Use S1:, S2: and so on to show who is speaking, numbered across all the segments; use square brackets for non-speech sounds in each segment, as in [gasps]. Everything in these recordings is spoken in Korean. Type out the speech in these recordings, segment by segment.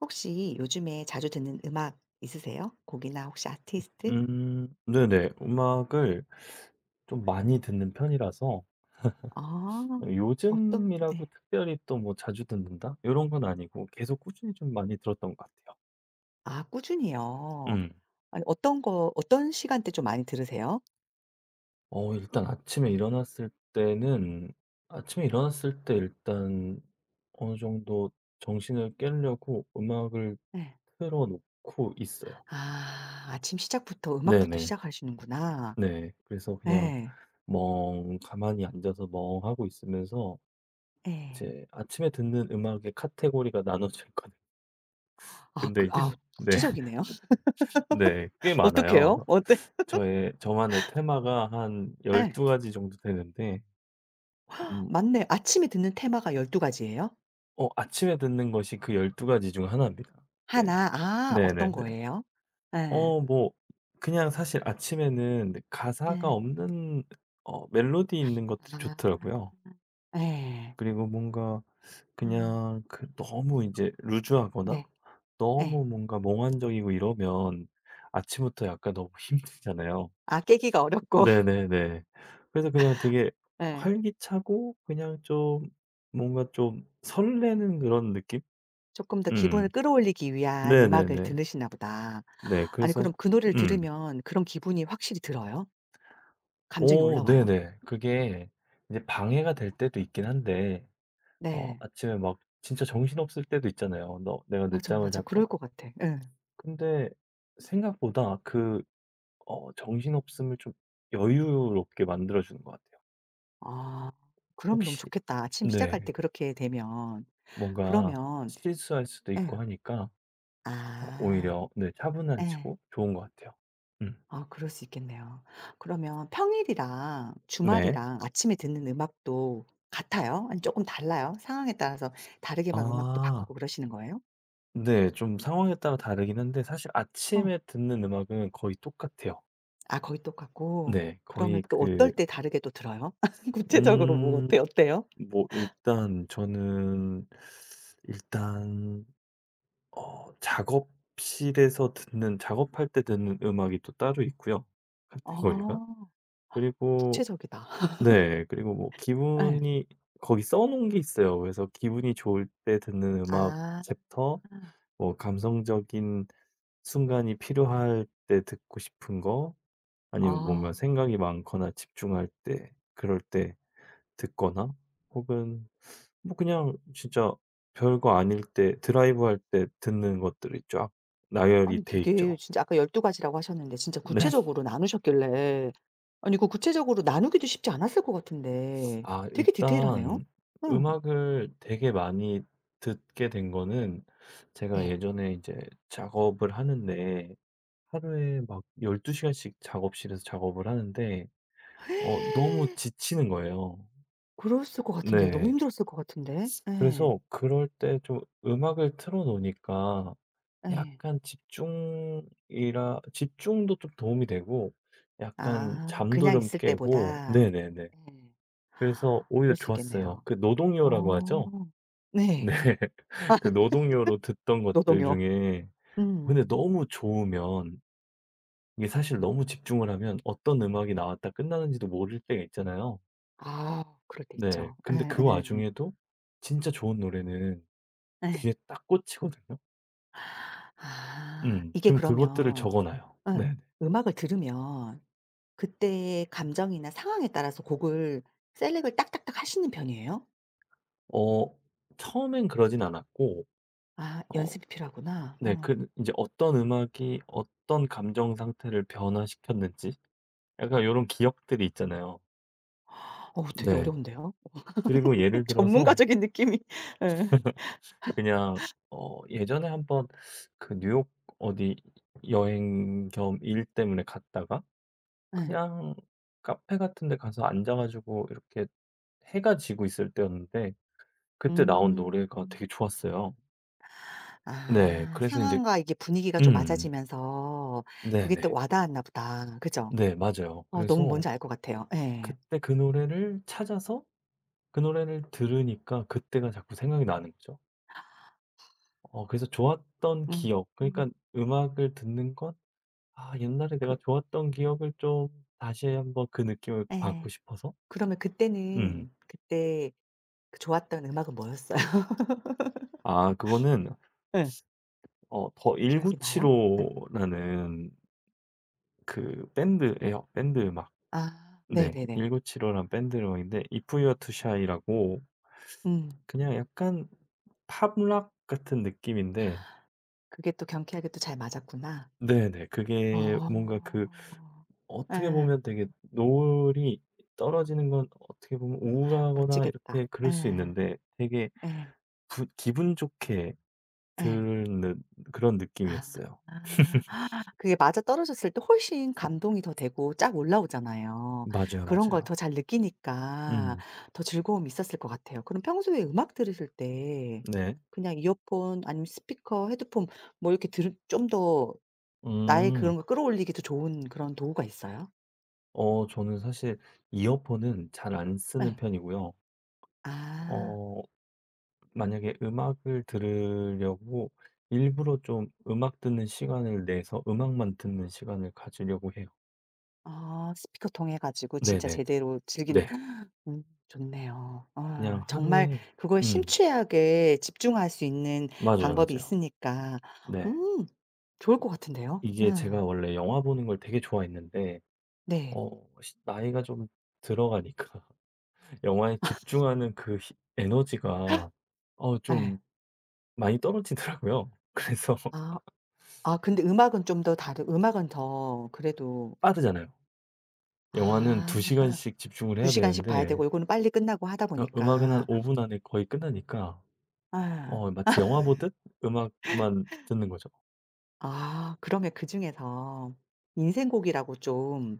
S1: 혹시 요즘에 자주 듣는 음악 있으세요? 곡이나 혹시 아티스트?
S2: 네네. 음악을 좀 많이 듣는 편이라서
S1: 아. 어떤
S2: 요즘이라고
S1: 네.
S2: 특별히 또 뭐 자주 듣는다 이런 건 아니고 계속 꾸준히 좀 많이 들었던 것 같아요.
S1: 아 꾸준히요.
S2: 음.
S1: 아니 어떤 거 어떤 시간대 좀 많이 들으세요?
S2: 일단 아침에 일어났을 때는 아침에 일어났을 때 일단 어느 정도 정신을 깨려고 음악을
S1: 네.
S2: 틀어 놓고 있어요.
S1: 아 아침 시작부터 음악부터
S2: 네네.
S1: 시작하시는구나.
S2: 네. 그래서 그냥
S1: 네.
S2: 멍 가만히 앉아서 멍하고 있으면서
S1: 네.
S2: 이제 아침에 듣는 음악의 카테고리가 나눠져 있거든요.
S1: 아
S2: 근데
S1: 그
S2: 이제
S1: 아
S2: [laughs] 네.
S1: 구체적이네요. [laughs]
S2: 네. 꽤 많아요.
S1: 어떡해요? 어때
S2: 저의 저만의 테마가 한
S1: 네.
S2: 12 가지 정도 되는데 음.
S1: 맞네. 아침에 듣는 테마가 12 가지예요?
S2: 아침에 듣는 것이 그 12 가지 중 하나입니다. 네.
S1: 하나. 아 어떤
S2: 네네네.
S1: 거예요? 네.
S2: 뭐 그냥 사실 아침에는 가사가
S1: 네.
S2: 없는 멜로디 있는 것들이
S1: 아.
S2: 좋더라고요.
S1: 네.
S2: 그리고 뭔가
S1: 네.
S2: 그냥 너무 이제 루즈하거나
S1: 네. 예.
S2: 너무 뭔가 몽환적이고 이러면 아침부터 약간 너무 [laughs] 힘들잖아요.
S1: 아 깨기가 어렵고 [laughs]
S2: 네네네. 그래서 그냥 되게
S1: 예.
S2: 활기차고 그냥 좀 뭔가 좀 설레는 그런 느낌?
S1: 금더 기분을
S2: 음.
S1: 끌어올리기 위한 음악을
S2: 네네네.
S1: 들으시나 보다.
S2: 네
S1: 아니
S2: 그래서
S1: 그럼 그 노래를
S2: 음.
S1: 들으면 그런 기분이 확실히 들어요? 감정이
S2: 오
S1: 올라와요?
S2: 네네. 그게 이제 방해가
S1: 음.
S2: 될 때도 있긴 한데
S1: 네.
S2: 아침에 막 진짜 정신없을 때도 있잖아요. 너 내가
S1: 맞아,
S2: 늦잠을
S1: 맞아.
S2: 잤거나.
S1: 그럴 것 같아. 예.
S2: 근데 생각보다 그 정신없음을 좀 여유롭게 만들어 주는 것 같아요.
S1: 아. 그럼 너무
S2: 혹시
S1: 좋겠다. 아침 시작할
S2: 네.
S1: 때 그렇게 되면.
S2: 뭔가
S1: 그러면
S2: 실수할 수도 있고
S1: 예.
S2: 하니까
S1: 아.
S2: 오히려 네
S1: 예.
S2: 차분해지고 좋은 것 같아요. 음.
S1: 아 그럴 수 있겠네요. 그러면 평일이랑
S2: 네.
S1: 주말이랑 아침에 듣는 음악도 같아요? 아니 조금 달라요? 상황에 따라서 다르게 막 음악도 바꾸고
S2: 아.
S1: 그러시는 거예요?
S2: 네. 좀 상황에 따라 다르긴 한데 사실
S1: 어.
S2: 아침에 듣는 음악은 거의 똑같아요.
S1: 아 거의 똑같고.
S2: 네.
S1: 그러면
S2: 거의
S1: 또 어떨
S2: 그
S1: 때 다르게 또 들어요? [laughs] 구체적으로
S2: 음
S1: 어때 어때요?
S2: 뭐 일단 저는 일단 작업실에서 듣는 작업할 때 듣는 음악이 또 따로 있고요, 카테고리가.
S1: 아
S2: 그리고
S1: 구체적이다. [laughs]
S2: 네. 그리고 뭐
S1: 예.
S2: 기분이 거기 써 놓은 게 있어요. 그래서 기분이 좋을 때 듣는 음악
S1: 아.
S2: 챕터, 뭐 감성적인 순간이 필요할 때 듣고 싶은 거, 아니면
S1: 아.
S2: 뭔가 생각이 많거나 집중할 때 그럴 때 듣거나 혹은 뭐 그냥 진짜 별거 아닐 때 드라이브할 때 듣는 것들이 쫙 나열이
S1: 아니
S2: 돼
S1: 되게
S2: 있죠.
S1: 진짜 아까 12 가지라고 하셨는데 진짜
S2: 네. [laughs]
S1: 구체적으로 나누셨길래 아니 그 구체적으로 나누기도 쉽지 않았을 것 같은데
S2: 아
S1: 되게 디테일하네요.
S2: 일단
S1: 예.
S2: 음악을 되게 많이 듣게 된 거는 제가
S1: 네.
S2: 예전에 이제 작업을 하는데 하루에 막 12 시간씩 작업실에서 작업을 하는데 너무
S1: [laughs]
S2: 지치는 거예요.
S1: 그랬을 것 같은데요. 너무
S2: 네.
S1: 힘들었을 것 같은데. 예.
S2: 그래서 그럴 때 좀 음악을 틀어 놓으니까
S1: 예.
S2: 약간 집중이라 집중도 좀 도움이 되고 약간
S1: 아
S2: 잠도
S1: 그냥
S2: 좀
S1: 있을
S2: 깨고
S1: 때보다.
S2: 네네네.
S1: 예.
S2: 그래서 오히려
S1: 그럴 수
S2: 좋았어요.
S1: 있겠네요.
S2: 그 노동요라고
S1: 어.
S2: 하죠?
S1: 네.
S2: 네. [laughs] 그 노동요로 듣던 것들
S1: 노동요.
S2: 중에 근데
S1: 음.
S2: 너무 좋으면 이게 사실 너무 집중을 하면 어떤 음악이 나왔다 끝나는지도 모를 때가 있잖아요.
S1: 아 그럴 때
S2: 네.
S1: 있죠.
S2: 근데
S1: 예예.
S2: 그
S1: 예.
S2: 와중에도 진짜 좋은 노래는
S1: 예.
S2: 귀에 딱 꽂히거든요.
S1: 아
S2: 음.
S1: 이게
S2: 그럼 그것들을
S1: 그러면
S2: 적어 놔요.
S1: 응,
S2: 네
S1: 음악을 들으면 그때의 감정이나 상황에 따라서 곡을 셀렉을 딱딱딱 하시는 편이에요?
S2: 어 처음엔 그러진 않았고
S1: 아
S2: 어
S1: 연습이 필요하구나.
S2: 네
S1: 어.
S2: 그 이제 어떤 음악이 어떤 감정 상태를 변화시켰는지 약간 이런 기억들이 있잖아요.
S1: 어우 되게
S2: 네.
S1: 어려운데요?
S2: 그리고 예를 들어서
S1: 전문가적인 느낌이 예.
S2: 그냥 예전에 한번 그 뉴욕 어디 여행 겸 일 때문에 갔다가
S1: 예.
S2: 그냥 카페 같은 데 가서 앉아 가지고 이렇게 해가 지고 있을 때였는데 그때 나온
S1: 음.
S2: 노래가 되게 좋았어요. 네.
S1: 아
S2: 그래서 이제
S1: 상황과 이게 분위기가 좀
S2: 음.
S1: 맞아지면서 그게 또
S2: 네네.
S1: 와닿았나 보다. 그죠?
S2: 네 맞아요.
S1: 어 너무
S2: 그래서
S1: 뭔지 알 것 같아요. 예.
S2: 그때 그 노래를 찾아서 그 노래를 들으니까 그때가 자꾸 생각이 나는 거죠. 그래서 좋았던
S1: 음.
S2: 기억
S1: 음.
S2: 그러니까 음악을 듣는 건 아 옛날에 내가
S1: 그
S2: 좋았던 기억을 좀 다시 한번 그 느낌을
S1: 예.
S2: 받고 싶어서.
S1: 그러면
S2: 음.
S1: 그때는 그때 그 좋았던 음악은 뭐였어요? [laughs]
S2: 아 그거는
S1: 예.
S2: 더
S1: 기억이 나요? 예.
S2: 1975 라는 그 밴드예요. 밴드 음악.
S1: 아
S2: 네.
S1: 네네네.
S2: 1975 라는 밴드 음악인데 If You're To Shy라고
S1: 음.
S2: 그냥 약간 팝락 같은 느낌인데
S1: 그게 또 경쾌하게 또 잘 맞았구나.
S2: 네네. 그게 뭔가 그
S1: 어.
S2: 어떻게
S1: 예.
S2: 보면 되게 노을이 떨어지는 건 어떻게 보면 우울하거나
S1: 멋지겠다.
S2: 이렇게 그럴 수
S1: 예.
S2: 있는데 되게
S1: 예.
S2: 부 기분 좋게
S1: 예.
S2: 듣는 그런 느낌이었어요.
S1: 아. 그게 맞아떨어졌을 때 훨씬 감동이 더 되고 쫙 올라오잖아요.
S2: 맞아요,
S1: 그런 걸
S2: 맞아요.
S1: 더 잘 느끼니까
S2: 음.
S1: 더 즐거움이 있었을 것 같아요. 그럼 평소에 음악 들으실 때
S2: 네.
S1: 그냥 이어폰 아니면 스피커, 헤드폰 뭐 이렇게 들좀더 나의
S2: 음.
S1: 그런 걸 끌어올리기도 좋은 그런 도구가 있어요?
S2: 저는 사실 이어폰은 잘 안 쓰는
S1: 예.
S2: 편이고요.
S1: 아.
S2: 어 만약에 음악을 들으려고 일부러 좀 음악 듣는 시간을 내서 음악만 듣는 시간을 가지려고 해요.
S1: 아 스피커 통해 가지고 진짜
S2: 네네네.
S1: 제대로 즐기는
S2: 네.
S1: [gasps] 좋네요.
S2: 그냥
S1: 아 정말
S2: 하루에
S1: 그걸
S2: 음.
S1: 심취하게 집중할 수 있는
S2: 맞아요,
S1: 방법이
S2: 맞아요.
S1: 있으니까
S2: 네.
S1: 음 좋을 것 같은데요.
S2: 이게 제가 원래 영화 보는 걸 되게 좋아했는데
S1: 네.
S2: 어 시 나이가 좀 들어가니까 [laughs] 영화에 집중하는 그 에너지가
S1: 예.
S2: 좀 많이 떨어지더라고요. 그래서
S1: 아
S2: [laughs]
S1: 아 근데 음악은 좀 더 다르 음악은 더 그래도
S2: 빠르잖아요. 영화는 2
S1: 아
S2: 시간씩 집중을
S1: 두
S2: 해야
S1: 시간씩 봐야
S2: 되는데
S1: 되고 요거는 빨리 끝나고 하다
S2: 음악은 한
S1: 보니까.
S2: 5분 안에 거의 끝나니까
S1: 예.
S2: 마치 영화 보듯 음악만 듣는 거죠.
S1: 아 그러면 그중에서 인생곡이라고 좀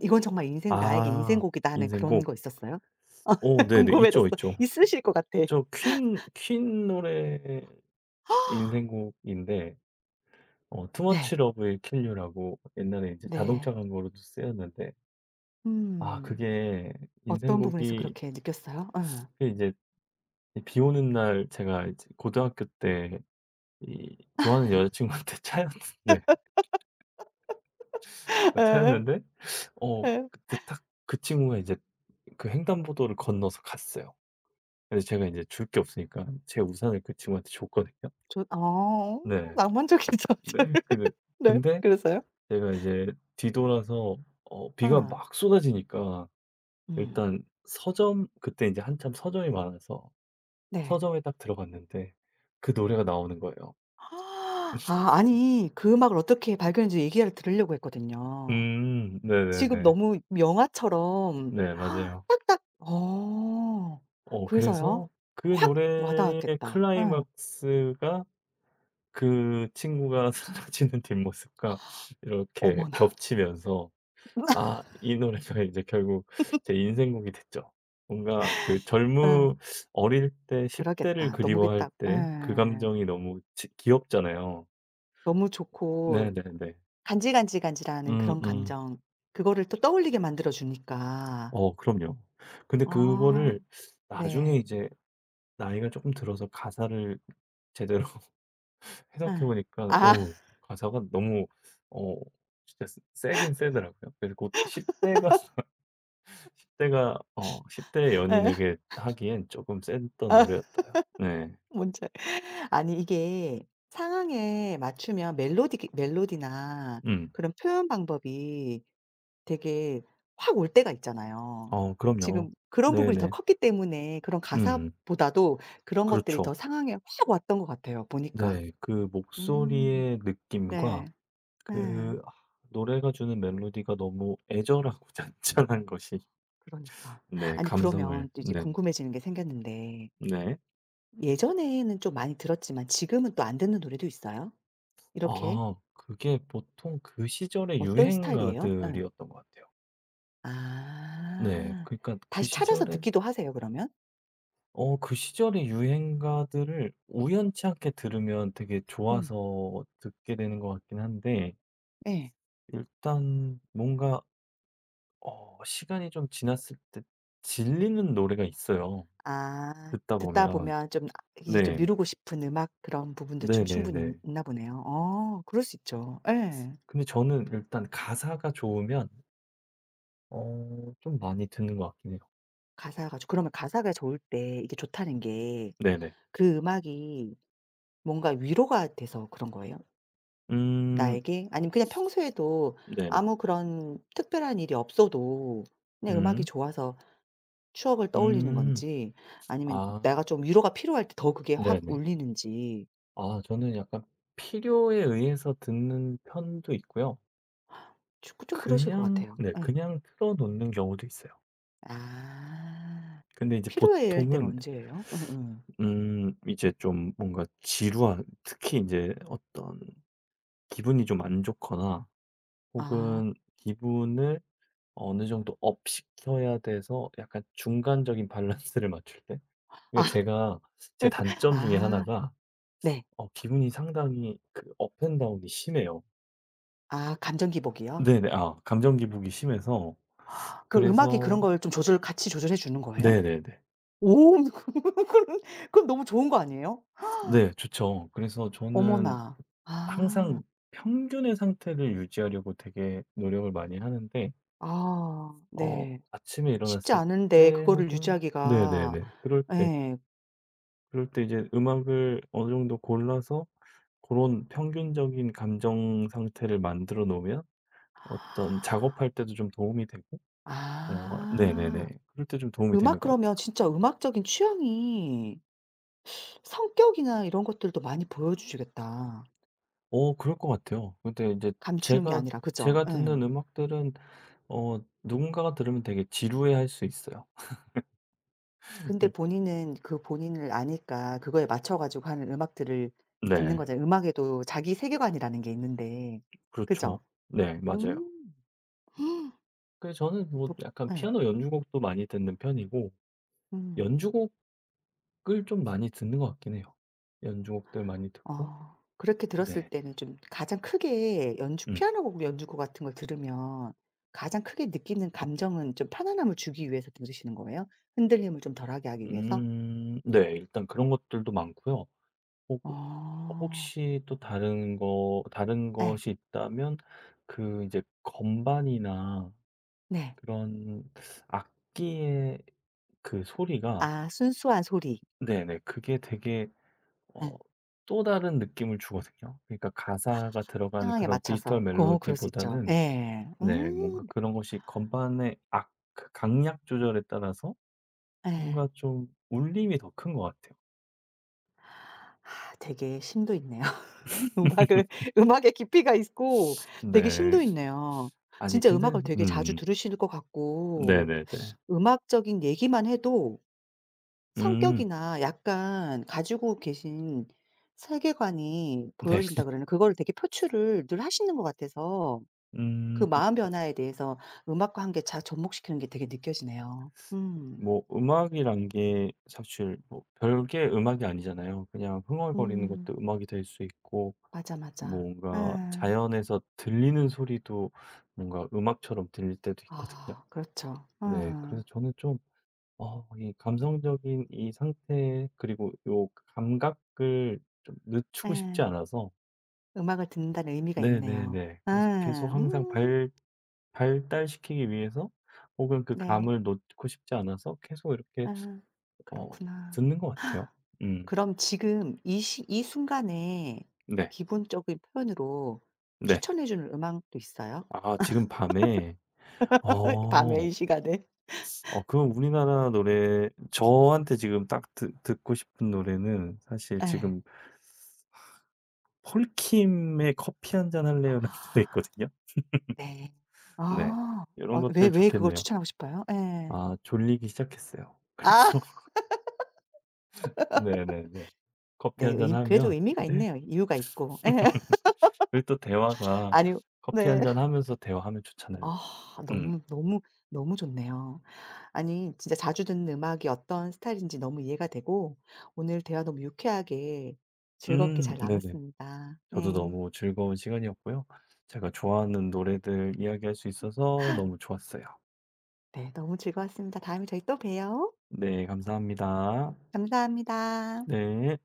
S1: '이건 정말 인생 나에게
S2: 아
S1: 인생곡이다.' 하는 그런
S2: 인생곡.
S1: 거 있었어요? [laughs]
S2: 네네. 있죠,
S1: 궁금해졌어.
S2: 있죠.
S1: 있으실 것 같아.
S2: 저 퀸 노래
S1: [gasps]
S2: 인생곡인데 Too Much
S1: 네.
S2: Love Will Kill You라고 옛날에 이제 자동차
S1: 네.
S2: 광고로도 쓰였는데 아
S1: 음.
S2: 그게
S1: 어떤 부분에서
S2: 인생곡이
S1: 그렇게 느꼈어요? 응.
S2: 그 이제 비 오는 날 제가 이제 고등학교 때 이 좋아하는 여자친구한테 [laughs] 차였는데
S1: [laughs]
S2: 어
S1: 에,
S2: 차였는데 어
S1: 에.
S2: 그때 딱 그 친구가 이제 그 횡단보도를 건너서 갔어요. 근데 제가 이제 줄 게 없으니까 제 우산을 그 친구한테 줬거든요.
S1: 저 어
S2: 네.
S1: 낭만적이죠.
S2: 네. 근데
S1: [laughs] 네.
S2: 근데
S1: 그래서요?
S2: 제가 이제 뒤돌아서 비가
S1: 응.
S2: 막 쏟아지니까
S1: 음.
S2: 일단 서점 그때 이제 한참 서점이 많아서
S1: 네.
S2: 서점에 딱 들어갔는데 그 노래가 나오는 거예요.
S1: [gasps] 아 아니 그 음악을 어떻게 발견했는지 얘기를 들으려고 했거든요.
S2: 음.
S1: 지금
S2: 네네네.
S1: 너무 영화처럼
S2: 네 맞아요.
S1: 딱딱 어. 그래서요?
S2: 그래서 그
S1: 확 와
S2: 노래의
S1: 닿았겠다. 예.
S2: 클라이막스가 그 친구가 [laughs] 사라지는 뒷모습과 이렇게
S1: 어머나.
S2: 겹치면서
S1: [laughs]
S2: 아 이 노래가 이제 결국 제 인생곡이 됐죠. 뭔가 그
S1: 예.
S2: 젊음 어릴 때 10 대를
S1: 그러겠다. 너무
S2: 그리워할
S1: 겠다
S2: 때 그
S1: 예.
S2: 감정이 너무 지 귀엽잖아요.
S1: 너무 좋고
S2: 네네네.
S1: 간질간질간질하는 그런
S2: 음음.
S1: 감정 그거를 또 떠올리게 만들어 주니까.
S2: 그럼요. 근데
S1: 아
S2: 그거를 나중에
S1: 네.
S2: 이제 나이가 조금 들어서 가사를 제대로 해석해
S1: 예.
S2: 보니까
S1: 아
S2: 오 가사가 너무 어 진짜 세긴 세더라고요. 그리고 10 대가 [laughs] 10 대가 십대
S1: 예.
S2: 연인에게 하기엔 조금 셌던
S1: 아
S2: 노래였어요. 네.
S1: 뭔지 알아 아니 이게 상황에 맞추면 멜로디 멜로디나
S2: 음.
S1: 그런 표현 방법이 되게 확 올 때가 있잖아요.
S2: 그럼요.
S1: 지금 그런 부분이 더
S2: 네네.
S1: 컸기 때문에 그런
S2: 음.
S1: 가사보다도 그런 것들이
S2: 그렇죠.
S1: 더 상황에 확 왔던 것 같아요 보니까.
S2: 네. 그
S1: 음.
S2: 목소리의
S1: 네.
S2: 느낌과
S1: 예.
S2: 그 아 노래가 주는 멜로디가 너무 애절하고 [laughs] 잔잔한 것이
S1: 그러니까.
S2: 네
S1: 아니
S2: 감성을
S1: 그러면 또 이제
S2: 낸
S1: 궁금해지는 게 생겼는데
S2: 네.
S1: 예전에는 좀 많이 들었지만 지금은 또 안 듣는 노래도 있어요? 이렇게?
S2: 아 그게 보통 그 시절의
S1: 어떤 스타일이에요? 예.
S2: 유행가들이었던 것 같아요. 네.
S1: 아.
S2: 그러니까 그
S1: 다시 찾아서
S2: 시절에
S1: 듣기도 하세요 그러면?
S2: 어 그 시절의 유행가들을 우연치 않게 들으면 되게
S1: 음.
S2: 좋아서 듣게 되는 것 같긴 한데
S1: 예.
S2: 일단 뭔가 시간이 좀 지났을 때 질리는 노래가 있어요,
S1: 아
S2: 듣다
S1: 듣다
S2: 보면.
S1: 보면 좀 아 이제 좀
S2: 네.
S1: 미루고 싶은 음악 그런 부분도 좀 충분히 있
S2: 네네네.
S1: 있나 보네요. 어 그럴 수 있죠. 예.
S2: 근데 저는 일단 가사가 좋으면 좀 많이 듣는 것 같긴 해요.
S1: 가사가 좋 그러면 가사가 좋을 때 이게 좋다는 게
S2: 네네.
S1: 그 음악이 뭔가 위로가 돼서 그런 거예요?
S2: 음
S1: 나에게? 아니면 그냥 평소에도
S2: 네네.
S1: 아무 그런 특별한 일이 없어도 그냥 음악이
S2: 음.
S1: 좋아서 추억을 떠올리는
S2: 음.
S1: 건지 아니면
S2: 아
S1: 내가 좀 위로가 필요할 때 더 그게 확
S2: 네네.
S1: 울리는지
S2: 아 저는 약간 필요에 의해서 듣는 편도 있고요.
S1: 좀 좀 그러실 것
S2: 그냥
S1: 같아요.
S2: 네
S1: 예.
S2: 그냥 틀어 놓는 경우도 있어요.
S1: 아.
S2: 근데 이제
S1: 필요해 이럴 땐
S2: 보통은
S1: 언제예요? 음음.
S2: 이제 좀 뭔가 지루한 특히 이제 어떤 기분이 좀 안 좋거나
S1: 아.
S2: 혹은 기분을 어느 정도 업 시켜야 돼서 약간 중간적인 [laughs] 밸런스를 맞출 때 그러니까
S1: 아
S2: 제가 제 단점 중에
S1: 아
S2: 하나가
S1: 네.
S2: 기분이 상당히 그 업앤 다운이 심해요.
S1: 아 감정 기복이요?
S2: 네네. 아 감정 기복이 심해서
S1: 그 음악이
S2: 그래서
S1: 그런 걸 좀 조절 같이 조절해 주는 거예요?
S2: 네네네.
S1: 오 [laughs] 그럼 그럼 너무 좋은 거 아니에요?
S2: 네 좋죠. 그래서 저는
S1: 어머나. 아.
S2: 항상 평균의 상태를 유지하려고 되게 노력을 많이 하는데
S1: 아
S2: 어
S1: 네.
S2: 아침에
S1: 쉽지
S2: 일어났을
S1: 않은데
S2: 때
S1: 그거를
S2: 혹은
S1: 유지하기가
S2: 네네네. 그럴 때
S1: 예.
S2: 그럴 때 이제 음악을 어느 정도 골라서 그런 평균적인 감정 상태를 만들어 놓으면 어떤 작업할 때도 좀 도움이 되고 뭔가 네네네.
S1: 아.
S2: 그럴 때 좀 도움이 되는
S1: 음악
S2: 것
S1: 그러면
S2: 같아요.
S1: 진짜 음악적인 취향이 성격이나 이런 것들도 많이 보여주시겠다.
S2: 그럴 것 같아요. 근데 이제
S1: 감추는 게
S2: 제가
S1: 아니라 그죠?
S2: 제가
S1: 예.
S2: 듣는 음악들은 어 누군가가 들으면 되게 지루해할 수 있어요.
S1: 근데
S2: 음
S1: 본인은 그 본인을 아니까 그거에 맞춰 가지고 하는 음악들을 듣는
S2: 네.
S1: 거잖아요. 음악에도 자기 세계관이라는 게 있는데.
S2: 그렇죠.
S1: 그죠?
S2: 네. 맞아요.
S1: 음. [gasps]
S2: 그래서 저는 뭐
S1: 뭐
S2: 약간
S1: 예.
S2: 피아노 연주곡도 많이 듣는 편이고
S1: 음.
S2: 연주곡을 좀 많이 듣는 것 같긴 해요. 연주곡들 많이 듣고
S1: 아. 그렇게 들었을
S2: 네.
S1: 때는 좀 가장 크게 연주
S2: 음.
S1: 피아노 곡 연주곡 같은 걸 들으면 가장 크게 느끼는 감정은 좀 편안함을 주기 위해서 들으시는 거예요? 흔들림을 좀 덜하게 하기 위해서?
S2: 네. 일단 그런 것들도 많고요. 어
S1: 어.
S2: 혹시 또 다른 거 다른
S1: 예.
S2: 것이 있다면 그 이제 건반이나
S1: 네.
S2: 그런 악기의 그 소리가
S1: 아 순수한 소리.
S2: 네네. 그게 되게
S1: 예.
S2: 어 또 다른 느낌을 주거든요. 그러니까 가사가 들어간
S1: 상황에
S2: 그런
S1: 맞춰서.
S2: 디지털
S1: 고 그럴 수 있죠.
S2: 멜로디보다는
S1: 예.
S2: 네 뭔가 그런 것이 건반의 악 그 강약 조절에 따라서
S1: 예.
S2: 뭔가 좀 울림이 더 큰 것 같아요.
S1: 아 되게 심도 있네요. [laughs] 음악을 음악에 깊이가 있고 되게
S2: 네.
S1: 심도 있네요.
S2: 아니
S1: 진짜
S2: 근데
S1: 음악을 되게 자주 들으시는 것 같고
S2: 네네네.
S1: 음악적인 얘기만 해도
S2: 음.
S1: 성격이나 약간 가지고 계신 세계관이
S2: 네.
S1: 보여진다 그러나 그거를 되게 표출을 늘 하시는 것 같아서 그
S2: 음.
S1: 마음 변화에 대해서 음악과 함께 잘 접목시키는 게 되게 느껴지네요. 음.
S2: 뭐 음악이란 게 사실 뭐 별게 음악이 아니잖아요. 그냥 흥얼거리는
S1: 음.
S2: 것도 음악이 될 수 있고
S1: 맞아, 맞아. 예.
S2: 뭔가
S1: 아
S2: 자연에서 들리는 소리도 뭔가 음악처럼 들릴 때도 있거든요.
S1: 아 그렇죠.
S2: 네.
S1: 아,
S2: 그래서 저는 좀 이 감성적인 이 상태 그리고 요 감각을 좀 늦추고 싶지
S1: 예.
S2: 않아서
S1: 음악을 듣는다는 의미가 있네요.
S2: 네네네. 그래서 계속
S1: 아.
S2: 항상
S1: 음.
S2: 발 발달시키기 위해서 혹은 그
S1: 네.
S2: 감을 놓고 싶지 않아서 계속 이렇게
S1: 아.
S2: 어
S1: 그렇구나.
S2: 듣는 것 같아요. 음.
S1: 그럼 지금 이 시 이 순간에
S2: 네.
S1: 기본적인 표현으로
S2: 네.
S1: 추천해 주는 음악도 있어요?
S2: 아 지금 밤에
S1: 밤에
S2: 어.
S1: 이 시간에?
S2: 그럼 우리나라 노래 저한테 지금 딱 듣 듣고 싶은 노래는 사실
S1: 예.
S2: 지금 폴킴의 "커피 한잔 할래요."라는 [laughs] 노래 있거든요.
S1: 네.
S2: 네.
S1: 아.
S2: 이런
S1: 어 왜
S2: 것들
S1: 왜 그걸
S2: 좋겠네요.
S1: 추천하고 싶어요? 예.
S2: 아 졸리기 시작했어요.
S1: 아
S2: 그래서 [laughs] 네네네. 커피
S1: 네.
S2: 한잔
S1: 의 그래도
S2: 하면
S1: 의미가
S2: 네.
S1: 있네요. 이유가 있고. [laughs] 예.
S2: 그리고 또 대화가
S1: 아니
S2: 커피
S1: 네.
S2: 한잔 하면서 대화하면 좋잖아요.
S1: 아
S2: 음.
S1: 너무, 너무, 너무 좋네요. 아니 진짜 자주 듣는 음악이 어떤 스타일인지 너무 이해가 되고 오늘 대화 너무 유쾌하게 즐겁게 잘
S2: 네네.
S1: 나눴습니다.
S2: 저도
S1: 예.
S2: 너무 즐거운 시간이었고요. 제가 좋아하는 노래들 이야기할 수 있어서 너무 좋았어요.
S1: 네. 너무 즐거웠습니다. 다음에 저희 또 봬요.
S2: 네, 감사합니다.
S1: 감사합니다.
S2: 네.